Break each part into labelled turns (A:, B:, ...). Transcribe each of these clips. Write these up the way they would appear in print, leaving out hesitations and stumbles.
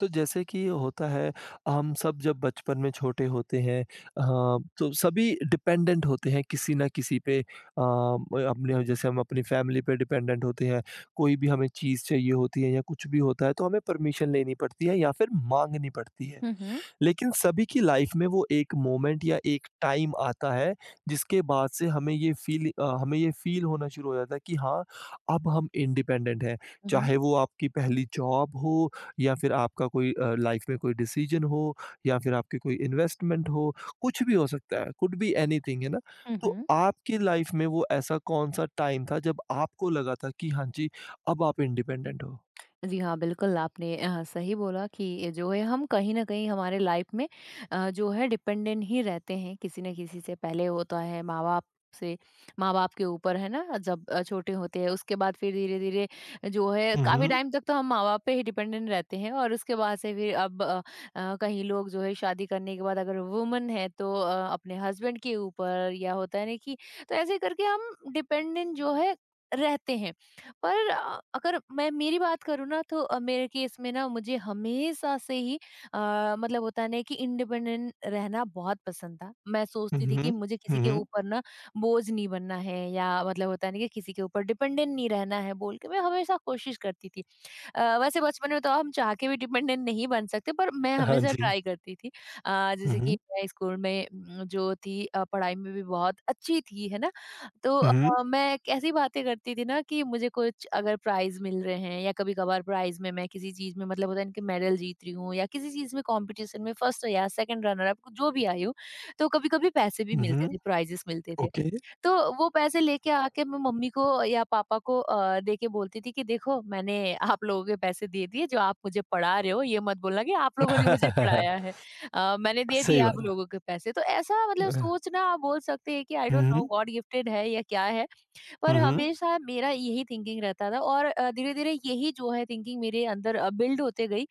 A: तो जैसे कि होता है, हम सब जब बचपन में छोटे होते हैं तो सभी डिपेंडेंट होते हैं किसी ना किसी पे। अपने जैसे हम अपनी फैमिली पे डिपेंडेंट होते हैं, कोई भी हमें चीज़ चाहिए होती है या कुछ भी होता है तो हमें परमिशन लेनी पड़ती है या फिर माँगनी पड़ती है।
B: हुँ, हुँ।
A: लेकिन सभी की लाइफ में वो एक मोमेंट या एक टाइम आता है जिसके बाद से हमें ये फील होना शुरू हो जाता है कि हाँ अब हम इंडिपेंडेंट हैं,
B: हुँ, हुँ।
A: चाहे वो आपकी पहली जॉब हो या फिर आपका कोई लाइफ में कोई डिसीजन हो या फिर आपकी कोई इन्वेस्टमेंट हो। कुछ भी हो सकता है, कुड बी एनीथिंग, है ना?
B: हुँ,
A: तो
B: हुँ।
A: आपकी लाइफ में वो ऐसा कौन सा टाइम था जब आपको लगा था कि हाँ जी अब आप इंडिपेंडेंट हो।
B: जी हाँ, बिल्कुल आपने सही बोला कि ये जो है हम कहीं न कहीं हमारे लाइफ़ में जो है डिपेंडेंट ही रहते हैं किसी न किसी से। पहले होता है माँ-बाप से माँ-बाप के ऊपर, है ना? जब छोटे होते हैं उसके बाद फिर धीरे-धीरे जो है काफ़ी
A: हम्म।
B: टाइम तक तो हम माँ-बाप पे ही डिपेंडेंट रहते हैं और उसके बाद से फिर अब कहीं लोग जो है शादी करने के बाद अगर वुमन है तो अपने हस्बैंड के ऊपर या होता है ना कि तो ऐसे करके हम डिपेंडेंट जो है रहते हैं। पर अगर मैं मेरी बात करूँ ना तो मेरे केस में ना मुझे हमेशा से ही मतलब होता है ना कि इंडिपेंडेंट रहना बहुत पसंद था। मैं सोचती थी
A: हम्म।
B: कि मुझे किसी के
A: हम्म।
B: ऊपर ना बोझ नहीं बनना है या मतलब होता है ना कि किसी के ऊपर डिपेंडेंट नहीं रहना है बोल के मैं हमेशा कोशिश करती थी। वैसे बचपन में तो हम चाह के भी डिपेंडेंट नहीं बन सकते पर मैं
A: हाँ
B: हमेशा
A: जी।
B: ट्राई करती थी। जैसे कि
A: हम्म।
B: मैं स्कूल में जो थी पढ़ाई में भी बहुत अच्छी थी, है ना? तो
A: हम्म।
B: मैं ऐसी बातें करती थी ना कि मुझे कुछ अगर प्राइज़ मिल रहे हैं या कभी-कभार प्राइज़ में मैं किसी चीज़ में मतलब होता है ना कि मेडल जीत रही हूँ या किसी चीज़ में कॉम्पिटिशन में फर्स्ट या सेकंड रनर अप जो भी आई हूँ, तो कभी-कभी पैसे भी
A: हुँ,
B: मिलते
A: हुँ।
B: थे, प्राइजेस मिलते थे।
A: ओके।
B: तो वो पैसे लेके आके मैं मम्मी को या पापा को देके बोलती थी कि देखो मैंने आप लोगों के पैसे दे दिए जो आप मुझे पढ़ा रहे हो ये मत बोलना कि आप लोगों ने मुझे पढ़ाया है। मैंने दे दिए
A: सही
B: आप
A: बात है।
B: लोगों के पैसे तो ऐसा मतलब
A: अ,
B: सोचना आप बोल सकते हैं कि I don't know
A: hmm,
B: God gifted है या क्या है। पर
A: हुँ, हुँ,
B: हमेशा मेरा यही थिंकिंग रहता था और धीरे धीरे यही जो है थिंकिंग मेरे अंदर बिल्ड होते गई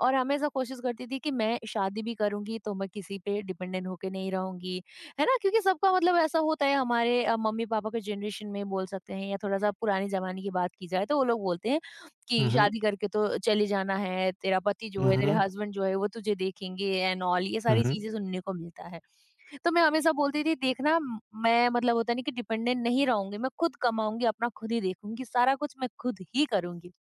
B: और हमेशा कोशिश करती थी कि मैं शादी भी करूंगी तो मैं किसी पे डिपेंडेंट होके नहीं रहूंगी, है ना? क्योंकि सबका मतलब ऐसा होता है हमारे मम्मी पापा के जनरेशन में बोल सकते हैं या थोड़ा सा पुराने जमाने की बात की जाए तो वो लोग बोलते हैं कि
A: हुँ, हुँ, हुँ,
B: शादी करके तो चले जाना है, तेरा पति जो
A: हुँ,
B: है तेरे
A: हुँ,
B: हस्बैंड जो है वो तुझे देखेंगे एंड ऑल, ये
A: हुँ,
B: सारी
A: हुँ।
B: चीजें सुनने को मिलता है। तो मैं हमेशा बोलती थी देखना मैं मतलब होता नहीं कि डिपेंडेंट नहीं रहूंगी, मैं खुद कमाऊंगी अपना खुद ही देखूंगी सारा कुछ मैं खुद ही करूंगी।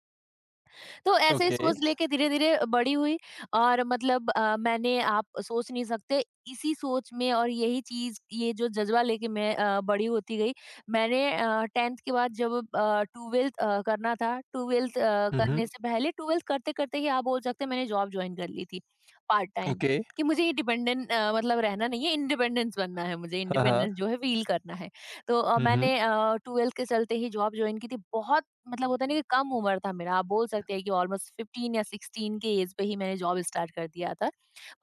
B: तो ऐसे ही
A: ओके।
B: सोच लेके धीरे-धीरे बड़ी हुई और मतलब मैंने आप सोच नहीं सकते इसी सोच में और यही चीज़ ये जो जज़्बा लेके मैं बड़ी होती गई। मैंने 10th के बाद जब 12th करना था, 12th
A: हुँ,
B: करने
A: हुँ।
B: से पहले 12th करते-करते ही आप बोल सकते हैं मैंने जॉब जॉइन कर ली थी, पार्ट टाइम।
A: ओके।
B: कि मुझे ये डिपेंडेंट मतलब रहना नहीं है, इंडिपेंडेंस बनना है मुझे,
A: हाँ,
B: इंडिपेंडेंस
A: हाँ।
B: जो है फ़ील करना है। तो
A: हुँ, हुँ,
B: मैंने 12th के चलते ही जॉब जॉइन की थी। बहुत मतलब होता नहीं कि कम उम्र था मेरा, आप बोल सकते हैं कि ऑलमोस्ट 15 या 16 के एज पे ही मैंने जॉब स्टार्ट कर दिया था,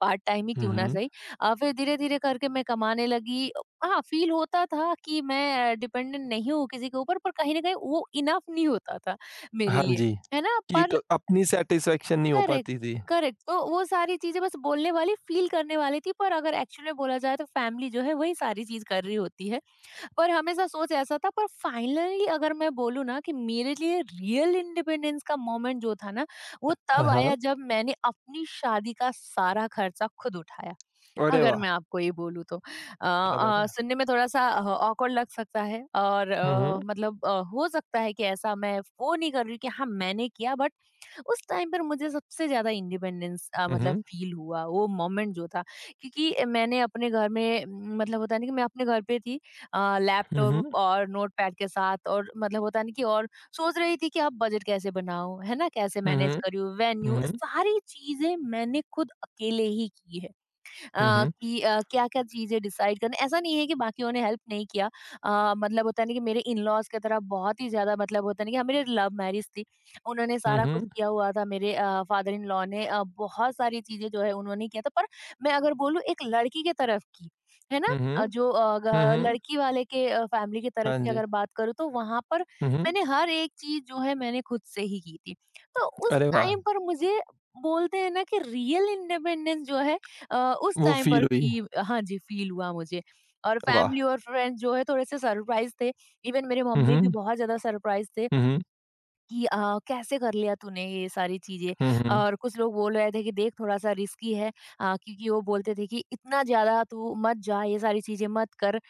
B: पार्ट टाइम ही
A: हुँ,
B: क्यों ना
A: हुँ।
B: सही। फिर धीरे-धीरे करके मैं कमाने लगी। हाँ, फील होता था कि मैं डिपेंडेंट नहीं हूँ किसी के ऊपर, पर कहीं न कहीं वो इनफ नहीं होता था मेरे
A: हाँ
B: लिए,
A: जी,
B: है ना?
A: कि एक
B: पर
A: अपनी सैटिस्फैक्शन नहीं हो
B: करेक्ट,
A: पाती थी।
B: करेक्ट, तो वो सारी चीज़ें बस बोलने वाली, फील करने वाली थी पर अगर एक्चुअल में बोला जाए तो फैमिली जो है वही सारी चीज़ कर रही होती है। और हमेशा सोच ऐसा था पर फाइनली अगर मैं बोलूँ ना कि मेरे लिए रियल इंडिपेंडेंस का मोमेंट जो था ना, वो
A: हाँ,
B: तब आया
A: हाँ।
B: जब मैंने अपनी शादी का सारा खर्चा खुद उठाया।
A: अरे
B: अगर
A: वाह!
B: मैं आपको ये बोलूँ तो
A: क्या बात है।
B: सुनने में थोड़ा-सा ऑकवर्ड लग सकता है और
A: हुँ, हुँ,
B: मतलब हो सकता है कि ऐसा मैं वो नहीं कर रही हूँ कि हाँ मैंने किया, बट उस टाइम पर मुझे सबसे ज़्यादा इंडिपेंडेंस मतलब
A: हुँ,
B: फील हुआ वो मोमेंट जो था, क्योंकि मैंने अपने घर में मतलब होता नहीं कि मैं अपने घर पे थी
A: हुँ,
B: लैपटॉप
A: हुँ,
B: और नोटपैड के साथ और मतलब होता नहीं कि और सोच रही थी कि अब बजट कैसे बनाऊं, है ना? कैसे
A: हुँ,
B: मैनेज
A: हुँ,
B: करूँ वेन्यू,
A: हुँ,
B: सारी चीजें मैंने खुद अकेले ही की है।
A: हुँ, हुँ, हुँ,
B: कि क्या-क्या चीज़ें डिसाइड करनी, ऐसा नहीं है कि बाकियों ने हेल्प नहीं किया। मतलब होता है ना कि मेरे इन-लॉज़ की तरह बहुत ही ज़्यादा, मतलब होता है ना कि हाँ, मेरी लव मैरिज थी। उन्होंने
A: हुँ,
B: सारा कुछ
A: हुँ,
B: किया हुआ था, मेरे फादर इन-लॉ ने बहुत सारी चीज़ें जो है उन्होंने किया था, पर मैं अगर बोलूँ एक लड़की की तरफ की, है ना?
A: हुँ,
B: जो
A: हुँ,
B: ग
A: हुँ।
B: लड़की वाले के फैमिली की तरफ
A: हाँ
B: की
A: जी।
B: अगर बात करूँ तो वहाँ पर
A: हुँ, हुँ।
B: मैंने हर एक चीज़ जो है मैंने खुद से ही की थी। तो उस
A: अरे वाह!
B: टाइम पर मुझे बोलते हैं ना कि रियल इंडिपेंडेंस जो है उस
A: वो
B: टाइम
A: फ़ील
B: पर
A: हुई।
B: फी हाँ जी, फील हुआ मुझे। और
A: वाह!
B: फैमिली और फ्रेंड्स जो है थोड़े से सरप्राइज़ थे। इवन मेरे
A: हुँ,
B: मम्मी भी
A: हुँ,
B: बहुत ज़्यादा सरप्राइज़ थे।
A: हुँ, हुँ,
B: कि कैसे कर लिया तूने ये सारी चीज़ें?
A: हुँ, हुँ,
B: और कुछ लोग बोल रहे थे कि देख थोड़ा-सा रिस्की है, क्योंकि वो बोलते थे कि इतना ज़्यादा तू मत जा, ये सारी चीज़ें मत कर।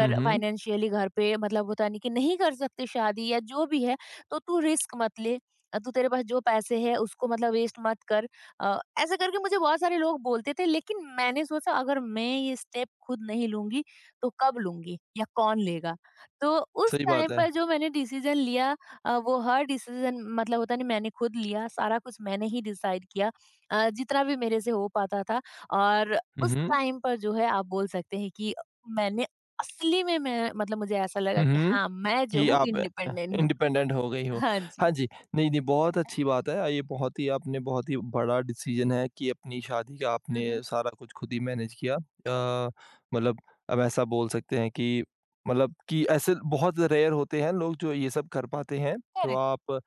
A: हुँ, हुँ।
B: फाइनेंशियली घर पे मतलब होता नहीं कि नहीं कर सकते शादी या जो भी है, तो तू रिस्क मत ले। तू तेरे पास जो पैसे हैं उसको मतलब वेस्ट मत कर। ऐसे करके मुझे बहुत सारे लोग बोलते थे, लेकिन मैंने सोचा अगर मैं ये स्टेप खुद नहीं लूँगी, तो कब लूँगी या कौन लेगा? तो उस
A: सही बात
B: टाइम
A: है।
B: पर जो मैंने डिसीज़न लिया वो हर डिसीज़न मतलब होता नहीं मैंने खुद लिया, सारा कुछ मैंने ही डिसाइड किया जितना भी मेरे से हो पाता था। और
A: हुँ,
B: उस
A: हुँ,
B: टाइम पर जो है आप बोल सकते हैं कि मैंने असली में मैं मतलब मुझे ऐसा लगा
A: हुँ,
B: कि
A: हुँ।
B: हाँ, मैं जो
A: कि
B: हूँ
A: आप
B: इंडिपेंडेंट हूँ।
A: इंडिपेंडेंट हो गई हो।
B: हाँ जी।
A: हाँ जी, नहीं, नहीं, बहुत अच्छी बात है। ये बहुत ही आपने बहुत ही बड़ा डिसीज़न है कि अपनी शादी का
B: हुँ,
A: आपने
B: हुँ।
A: सारा कुछ खुद ही मैनेज किया। मतलब अब ऐसा बोल सकते हैं कि मतलब कि ऐसे बहुत रेयर होते हैं लोग जो ये सब कर पाते हैं। तो
B: करेक्ट।
A: आप,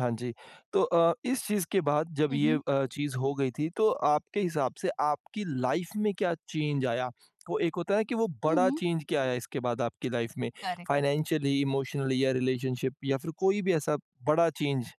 A: हाँ जी, तो इस चीज़ के बाद जब
B: हुँ,
A: ये
B: हुँ।
A: चीज़ हो गई थी तो आपके हिसाब से आपकी लाइफ़ में क्या चेंज आया? वो एक होता है ना कि वो
B: हुँ,
A: बड़ा
B: हुँ।
A: चेंज क्या आया इसके बाद आपकी लाइफ़ में?
B: करेक्ट।
A: फाइनेंशियली, इमोशनली या रिलेशनशिप या फिर कोई भी ऐसा बड़ा चेंज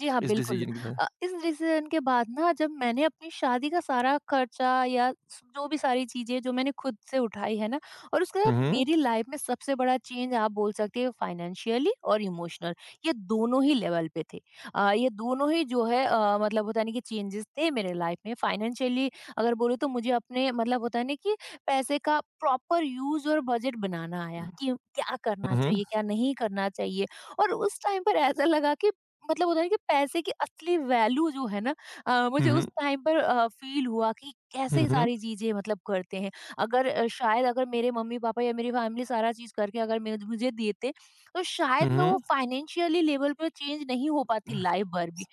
B: जी हाँ,
A: इस
B: बिल्कुल।
A: डिसीजन की वजह।
B: इस डिसीज़न के बाद ना, जब मैंने अपनी शादी का सारा खर्चा या जो भी सारी चीज़ें जो मैंने खुद से उठाई है ना और उसके
A: हुँ,
B: बाद
A: हुँ,
B: मेरी लाइफ़ में सबसे बड़ा चेंज आप बोल सकते हो फाइनेंशियली और इमोशनल, ये दोनों ही लेवल पे थे। ये दोनों ही जो है मतलब होता है ना कि चेंजेज़ थे मेरे लाइफ़ में। फाइनेंशियली अगर बोलूँ तो मुझे अपने मतलब होता है ना कि पैसे का प्रॉपर यूज़ और बजट बनाना आया कि क्या करना
A: हुँ,
B: चाहिए, क्या नहीं करना चाहिए। और उस टाइम पर ऐसा लगा कि मतलब होता है कि पैसे की असली वैल्यू जो है ना, मुझे उस
A: हुँ,
B: टाइम पर फ़ील हुआ कि
A: हुँ,
B: कैसे
A: हुँ,
B: सारी चीज़ें मतलब करते हैं। अगर शायद अगर मेरे मम्मी-पापा या मेरी फ़ैमिली सारा चीज़ करके अगर मे मुझे देते, तो शायद मैं
A: हुँ,
B: वो फ़ाइनेंशियली लेवल पे चेंज नहीं हो पाती लाइफ़ भर भी।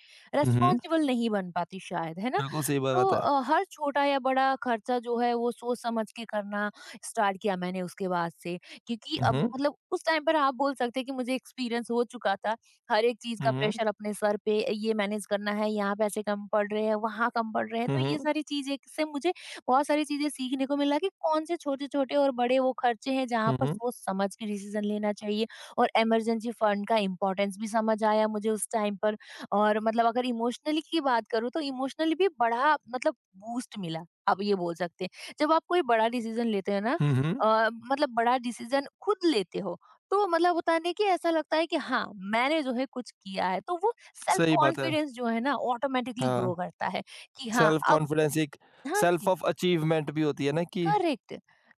A: हुँ, हुँ।
B: रिस्पॉन्सिबल नहीं बन पाती शायद, है ना?
A: बिल्कुल सही बात
B: तो
A: बात है।
B: हर छोटा या बड़ा खर्चा जो है वो सोच-समझ के करना स्टार्ट किया मैंने उसके बाद से। क्योंकि अब
A: हुँ,
B: मतलब उस टाइम पर आप बोल सकते हैं कि मुझे एक्सपीरियंस हो चुका था हर एक चीज़
A: हुँ,
B: का,
A: हुँ,
B: प्रेशर अपने सर पे ये मैनेज करना है, यहाँ पैसे कम पड़ रहे हैं, वहाँ कम पड़ रहे हैं।
A: हुँ,
B: तो ये
A: हुँ,
B: सारी चीज़ें से मुझे बहुत सारी चीज़ें सीखने को मिला कि कौन से छोटे-छोटे और बड़े वो खर्चे हैं जहाँ पर
A: हुँ,
B: सोच समझ के डिसीज़न लेना चाहिए, और इमरजेंसी फंड का इम्पोर्टेंस भी समझ आया मुझे उस टाइम पर। और मतलब अगर इमोशनली की बात करूँ तो इमोशनली भी बड़ा मतलब बूस्ट मिला, आप ये बोल सकते हैं। जब आप कोई बड़ा डिसीज़न लेते हो ना,
A: हुँ, हुँ।
B: मतलब बड़ा डिसीज़न खुद लेते हो तो मतलब होता है ना कि ऐसा लगता है कि हाँ, मैंने जो है कुछ किया है, तो वो सेल्फ
A: सही बात है।
B: कॉन्फिडेंस जो है ना ऑटोमेटिकली
A: हाँ,
B: ग्रो करता है कि हाँ
A: सेल्फ
B: अब।
A: कॉन्फिडेंस एक
B: हाँ
A: सेल्फ
B: जी।
A: ऑफ अचीवमेंट भी होती है ना कि
B: करेक्ट।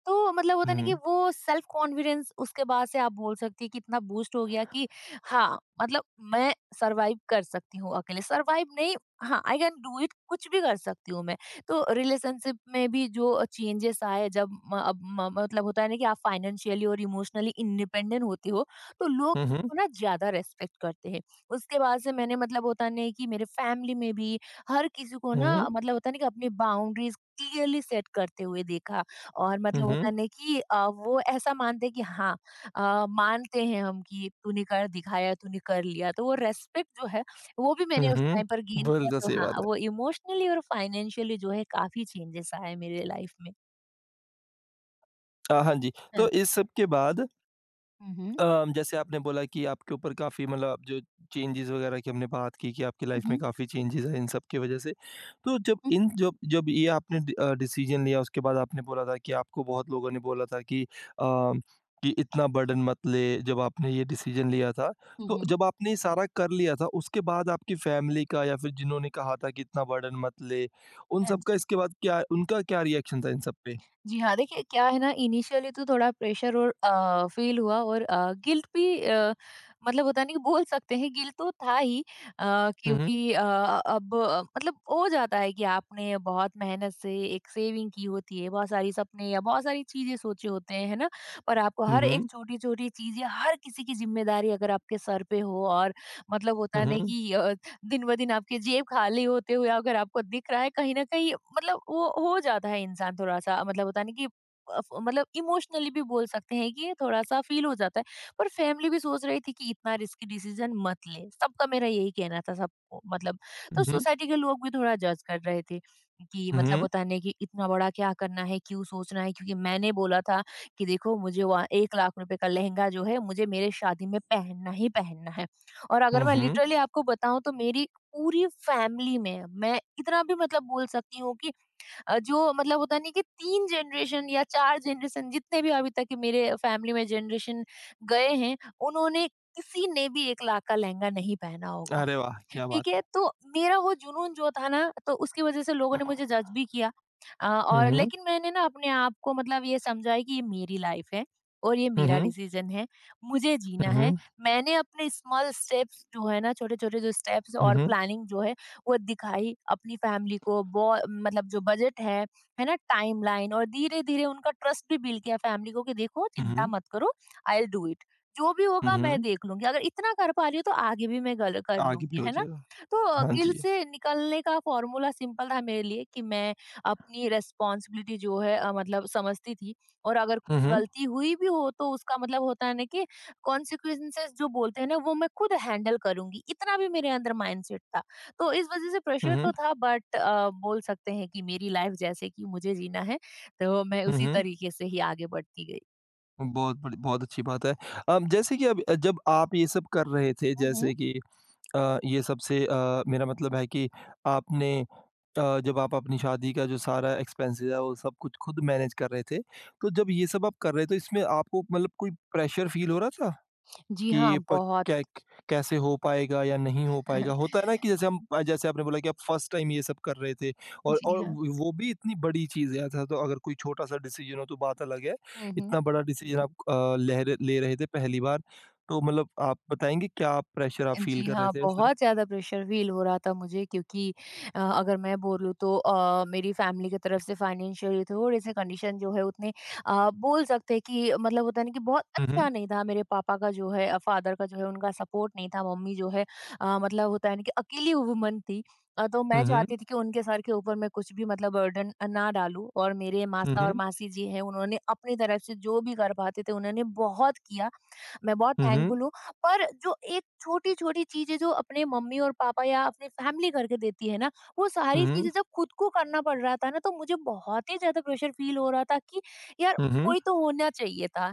B: तो मतलब होता नहीं कि
A: हुँ,
B: वो सेल्फ कॉन्फिडेंस उसके बाद से आप बोल सकती है कि इतना बूस्ट हो गया कि हाँ, मतलब मैं सरवाइव कर सकती हूँ, अकेले सरवाइव नहीं, हाँ आई कैन डू इट, कुछ भी कर सकती हूँ मैं। तो रिलेशनशिप में भी जो चेंजेस आए, जब मतलब होता है ना कि आप फाइनेंशियली और इमोशनली इंडिपेंडेंट होते हो तो लोग
A: हुँ, हुँ,
B: आपको ना ज्यादा रेस्पेक्ट करते हैं। उसके बाद से मैंने मतलब होता नहीं कि मेरे फैमिली में भी हर किसी को ना
A: हुँ, हुँ,
B: मतलब होता नहीं कि अपनी बाउंड्रीज क्लियरली सेट करते हुए देखा। और मतलब जी।
A: हुँ,
B: होता नहीं कि वो ऐसा मानते हैं कि हाँ मानते हैं हम कि तूने कर दिखाया, तूने कर लिया। तो वो रेस्पेक्ट जो है, वो भी मैंने
A: हुँ,
B: उस
A: हुँ।
B: टाइम पर गेन किया।
A: बिल्कुल
B: तो
A: सही
B: हाँ,
A: बात है।
B: वो इमोशनली और फाइनेंशियली जो है काफ़ी चेंजेस आए मेरे लाइफ में।
A: हाँ जी,
B: हाँ।
A: तो इस सब के बाद,
B: हुँ, हुँ।
A: अम, जैसे आपने बोला कि आपके ऊपर काफ़ी मतलब आप जो चेंजेस वगैरह की हमने बात की कि आपकी
B: हुँ,
A: लाइफ में
B: हुँ।
A: काफ़ी चेंजेस आए इन सब की वजह से। तो जब
B: हुँ,
A: इन जब जब ये आपने डिसीज़न लिया उसके बाद आपने बोला था कि आपको बहुत लोगों ने बोला था कि, अम, कि इतना बर्डन मत ले जब आपने ये डिसीज़न लिया था।
B: हुँ,
A: तो
B: हुँ।
A: जब आपने ये सारा कर लिया था उसके बाद आपकी फैमिली का या फिर जिन्होंने कहा था कि इतना बर्डन मत ले, उन
B: हाँ
A: सब का
B: जी।
A: इसके बाद क्या उनका क्या रिएक्शन था इन सब पे?
B: जी हाँ, देखिए क्या है ना। इनिशियली तो थोड़ा प्रेशर और फ़ील हुआ और गिल्ट भी मतलब होता नहीं, बोल सकते हैं गिल्ट तो था ही।
A: हुँ, हुँ।
B: क्योंकि अब मतलब हो जाता है कि आपने बहुत मेहनत से एक सेविंग की होती है, बहुत सारी सपने या बहुत सारी चीज़ें सोचे होते हैं, है ना? और आपको
A: हुँ,
B: हर एक
A: हुँ।
B: छोटी-छोटी चीज़ या हर किसी की ज़िम्मेदारी अगर आपके सर पे हो और मतलब होता
A: हुँ,
B: है ना
A: हुँ।
B: कि दिन ब दिन आपकी जेब खाली होते हुए अगर आपको दिख रहा है कहीं न कहीं, मतलब वो हो जाता है इंसान थोड़ा-सा मतलब होता है ना कि अ, फ मतलब इमोशनली भी बोल सकते हैं कि थोड़ा-सा फ़ील हो जाता है। पर फैमिली भी सोच रही थी कि इतना रिस्की डिसीज़न मत ले। सबका मेरा यही कहना था सबको मतलब। तो
A: हुँ, हुँ।
B: सोसाइटी के लोग भी थोड़ा जज कर रहे थे कि
A: हुँ,
B: मतलब
A: हुँ।
B: होता है ना कि इतना बड़ा क्या करना है, क्यों सोचना है? क्योंकि मैंने बोला था कि देखो मुझे वहाँ ₹1,00,000 का लहंगा जो है मुझे मेरे शादी में पहनना ही पहनना है। और अगर
A: हुँ,
B: मैं
A: हुँ।
B: लिटरली आपको बताऊं तो मेरी पूरी फैमिली में मैं इतना भी मतलब बोल सकती हूँ कि जो मतलब होता नहीं कि तीन जनरेशन या चार जनरेशन जितने भी अभी तक के मेरे फैमिली में जनरेशन गए हैं, उन्होंने किसी ने भी एक लाख का लहंगा नहीं पहना होगा।
A: अरे वाह! क्या
B: ठीक
A: बात
B: है,
A: है।
B: तो मेरा वो जुनून जो था ना तो उसकी वज़ह से लोगों ने मुझे जज भी किया।
A: हुँ,
B: और
A: हुँ।
B: लेकिन मैंने ना अपने आप को मतलब ये समझा है कि ये मेरी लाइफ़ है और ये
A: हुँ,
B: मेरा
A: हुँ।
B: डिसीज़न है, मुझे जीना
A: हुँ,
B: है।
A: हुँ।
B: मैंने अपने स्मॉल स्टेप्स जो है ना छोटे-छोटे जो स्टेप्स
A: हुँ,
B: और
A: हुँ।
B: प्लानिंग जो है वो दिखाई अपनी फैमिली को बो मतलब जो बजट है ना? टाइमलाइन और धीरे-धीरे उनका ट्रस्ट भी बिल्ड किया फैमिली को कि देखो
A: हुँ,
B: चिंता
A: हुँ।
B: मत करो, आई विल डू इट। जो भी
A: हुँ,
B: होगा मैं
A: हुँ।
B: देख लूँगी। अगर इतना कर पा रही हूँ तो आगे भी मैं गल कर
A: आगे भी
B: लूँगी,
A: हो
B: है ना?
A: जाएगा।
B: तो
A: हाँ
B: गिल्ट
A: जी।
B: से निकलने का फॉर्मूला सिंपल था मेरे लिए कि मैं अपनी रिस्पॉन्सिबिलिटी जो है मतलब समझती थी। और अगर कुछ
A: हुँ, हुँ।
B: गलती हुई भी हो तो उसका मतलब होता है ना कि कॉन्सिक्वेंसेस जो बोलते हैं ना वो मैं खुद हैंडल करूंगी, इतना भी मेरे अंदर माइंडसेट था। तो इस वजह से
A: हुँ,
B: प्रेशर तो
A: हुँ।
B: था, बट बोल सकते हैं कि मेरी लाइफ जैसे कि मुझे जीना है तो मैं
A: हुँ,
B: उसी
A: हुँ।
B: तरीके से ही आगे बढ़ती गई।
A: बहुत बड़ी बहुत अच्छी बात है। जैसे कि अब जब आप ये सब कर रहे थे,
B: हम्म।
A: जैसे कि ये सब से, मेरा मतलब है कि आपने, जब आप अपनी शादी का जो सारा एक्सपेंसेस है वो सब कुछ खुद मैनेज कर रहे थे, तो जब ये सब आप कर रहे थे तो इसमें आपको मतलब कोई प्रेशर फ़ील हो रहा था?
B: जी हाँ,
A: कि प
B: बहुत।
A: कै कैसे हो पाएगा या नहीं हो पाएगा? होता है ना कि जैसे हम जैसे आपने बोला कि आप फर्स्ट टाइम ये सब कर रहे थे,
B: जी
A: और
B: हाँ।
A: व वो भी इतनी बड़ी चीज़ है, ऐसा तो अगर कोई छोटा-सा डिसीज़न हो तो बात अलग है।
B: हम्म।
A: इतना बड़ा डिसीज़न आप ले रहे थे पहली बार, तो मतलब आप बताएँगे क्या प्रेशर आप फ़ील
B: जी
A: कर रहे
B: हाँ,
A: थे उसमें?
B: बहुत ज़्यादा प्रेशर फ़ील हो रहा था मुझे क्योंकि अगर मैं बोलूँ तो मेरी फ़ैमिली की तरफ से फाइनेंशियली थोड़े-से कंडीशन जो है उतने बोल सकते हैं कि मतलब होता है ना कि बहुत
A: हुँ, हुँ।
B: अच्छा नहीं था। मेरे पापा का जो है फ़ादर का जो है उनका सपोर्ट नहीं था। मम्मी जो है मतलब होता है ना कि अकेली वुमन थी। तो मैं
A: हुँ, हुँ।
B: चाहती थी कि उनके सर के ऊपर मैं कुछ भी मतलब बर्डन ना डालूँ, और मेरे मासा और मासी जी हैं उन्होंने अपनी तरफ से जो भी कर पाते थे उन्होंने बहुत किया। मैं बहुत
A: हुँ, हुँ।
B: थैंकफुल हूँ। पर जो एक छोटी-छोटी चीज़ें जो अपने मम्मी और पापा या अपनी फैमिली करके देती है ना, वो
A: हुँ,
B: सारी
A: हुँ।
B: चीज़ें जब खुद को करना पड़ रहा था ना, तो मुझे बहुत ही ज़्यादा प्रेशर फ़ील हो रहा था कि यार
A: हुँ, हुँ। हुँ, हुँ।
B: कोई तो होना चाहिए था।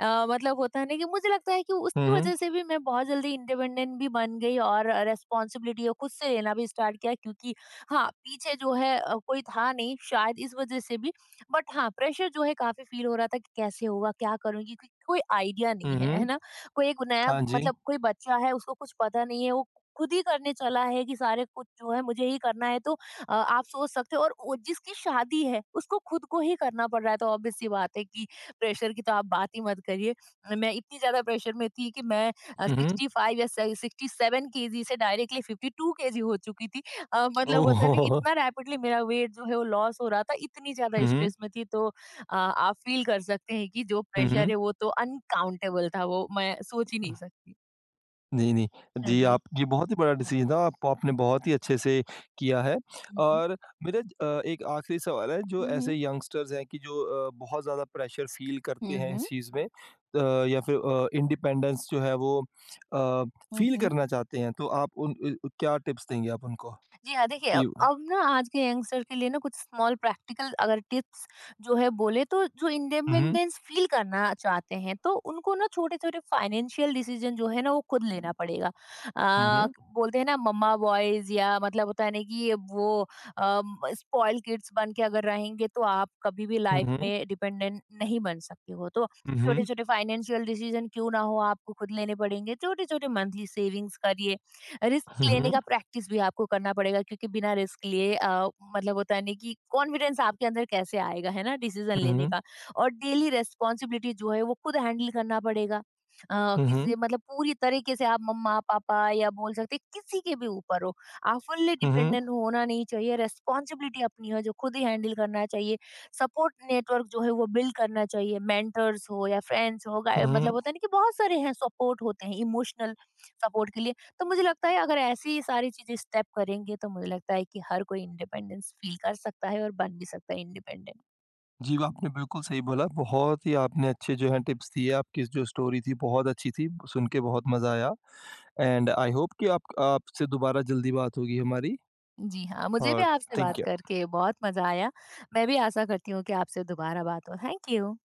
B: मतलब होता है ना कि मुझे लगता है कि
A: हुँ,
B: उसकी
A: हुँ।
B: वज़ह से भी मैं बहुत जल्दी इंडिपेंडेंट भी बन गई और रिस्पॉन्सिबिलिटी खुद से लेना भी स्टार्ट किया क्योंकि हाँ, पीछे जो है कोई था नहीं शायद इस वज़ह से भी। बट हाँ, प्रेशर जो है काफ़ी फ़ील हो रहा था कि कैसे होगा, क्या करूँगी क्योंकि कोई आइडिया नहीं
A: हुँ,
B: है, है
A: हुँ।
B: ना? कोई एक नया
A: हाँ जी।
B: मतलब कोई बच्चा है उसको कुछ पता नहीं है, वो खुद ही करने चला है कि सारे कुछ जो है मुझे ही करना है तो आप सोच सकते हो, और वो जिसकी शादी है उसको खुद को ही करना पड़ रहा है तो ऑब्वियस सी बात है कि प्रेशर की तो आप बात ही मत करिए। मैं इतनी ज़्यादा प्रेशर में थी कि मैं
A: हुँ, हुँ।
B: 65 या स 67 केजी से डायरेक्टली 52 केजी हो चुकी थी। मतलब होता है ना कि
A: ओह!
B: इतना रैपिडली मेरा वेट जो है वो लॉस हो रहा था, इतनी ज़्यादा
A: हुँ, हुँ।
B: स्ट्रेस में थी तो आप फील कर सकते हैं कि जो
A: हुँ,
B: प्रेशर
A: हुँ।
B: है वो तो अनकाउंटेबल था, वो मैं सोच ही नहीं सकती।
A: नहीं, नहीं।
B: हाँ
A: जी,
B: जी।
A: आप ये बहुत ही बड़ा डिसीज़न था, आप आपने बहुत ही अच्छे से किया है
B: हुँ, हुँ।
A: और एक आखिरी सवाल है, जो
B: हुँ, हुँ।
A: ऐसे यंगस्टर्स हैं कि जो बहुत ज़्यादा प्रेशर फ़ील
B: हुँ,
A: करते हैं
B: हुँ।
A: इस चीज़ में या फिर इंडिपेंडेंस जो है वो अ,
B: हुँ,
A: फ़ील
B: हुँ।
A: करना चाहते हैं, तो आप उन, क्या टिप्स देंगे आप उनको?
B: जी हाँ, देखिए
A: कि
B: अब ना आज के यंगस्टर के लिए ना कुछ स्मॉल प्रैक्टिकल अगर टिप्स जो है बोले तो, जो
A: हुँ,
B: इंडिपेंडेंस फील करना चाहते हैं तो उनको ना छोटे-छोटे फाइनेंशियल डिसीजन जो है ना वो खुद लेना पड़ेगा।
A: हुँ, हुँ,
B: अ,
A: हुँ,
B: बोलते हैं ना मम्मा बॉयज या मतलब होता है ना कि ये वो स्पॉइल किड्स बन के अगर रहेंगे तो आप कभी भी
A: हुँ,
B: लाइफ
A: हुँ,
B: में डिपेंडेंट नहीं बन सकते हो। तो
A: हुँ,
B: छोटे-छोटे फाइनेंशियल डिसीजन क्यों ना हो आपको खुद लेने पड़ेंगे। छोटे-छोटे मंथली सेविंग्स करिए। रिस्क लेने
A: हुँ,
B: का प्रैक्टिस भी आपको करना पड़ेगा क्योंकि बिना रिस्क लिए मतलब होता है नहीं कि कॉन्फिडेंस आपके अंदर कैसे आएगा, है ना डिसीजन
A: हुँ,
B: लेने
A: हुँ,
B: का। और डेली रेस्पॉन्सिबिलिटी जो है वो खुद हैंडल करना पड़ेगा।
A: हुँ, हुँ,
B: किसी मतलब पूरी तरीके से आप मम्मा पापा या बोल सकते हैं, किसी के भी ऊपर हो, आप फुल्ली
A: हुँ,
B: डिपेंडेंट होना नहीं चाहिए। रेस्पॉन्सिबिलिटी अपनी है जो खुद ही हैंडल करना चाहिए। सपोर्ट नेटवर्क जो है वो बिल्ड करना चाहिए, मेंटर्स हो या फ्रेंड्स हो
A: हुँ,
B: गाइ-
A: हुँ।
B: मतलब होता है ना कि बहुत सारे हैं सपोर्ट होते हैं इमोशनल सपोर्ट के लिए। तो मुझे लगता है अगर ऐसी सारी चीजें स्टेप करेंगे तो मुझे लगता है कि हर कोई इंडिपेंडेंस फील कर सकता है और बन भी सकता है इंडिपेंडेंट।
A: जी, आपने बिल्कुल सही बोला। बहुत ही आपने अच्छे जो हैं टिप्स दिए, आपकी जो स्टोरी थी बहुत अच्छी थी, सुन के बहुत मज़ा आया, एंड आई होप कि आप आपसे दोबारा जल्दी बात होगी हमारी,
B: जी हाँ, मुझे भी
A: और
B: आपसे बात
A: थैंक यू।
B: करके बहुत मजा आया। मैं भी आशा करती हूँ कि आपसे दोबारा बात हो। Thank you.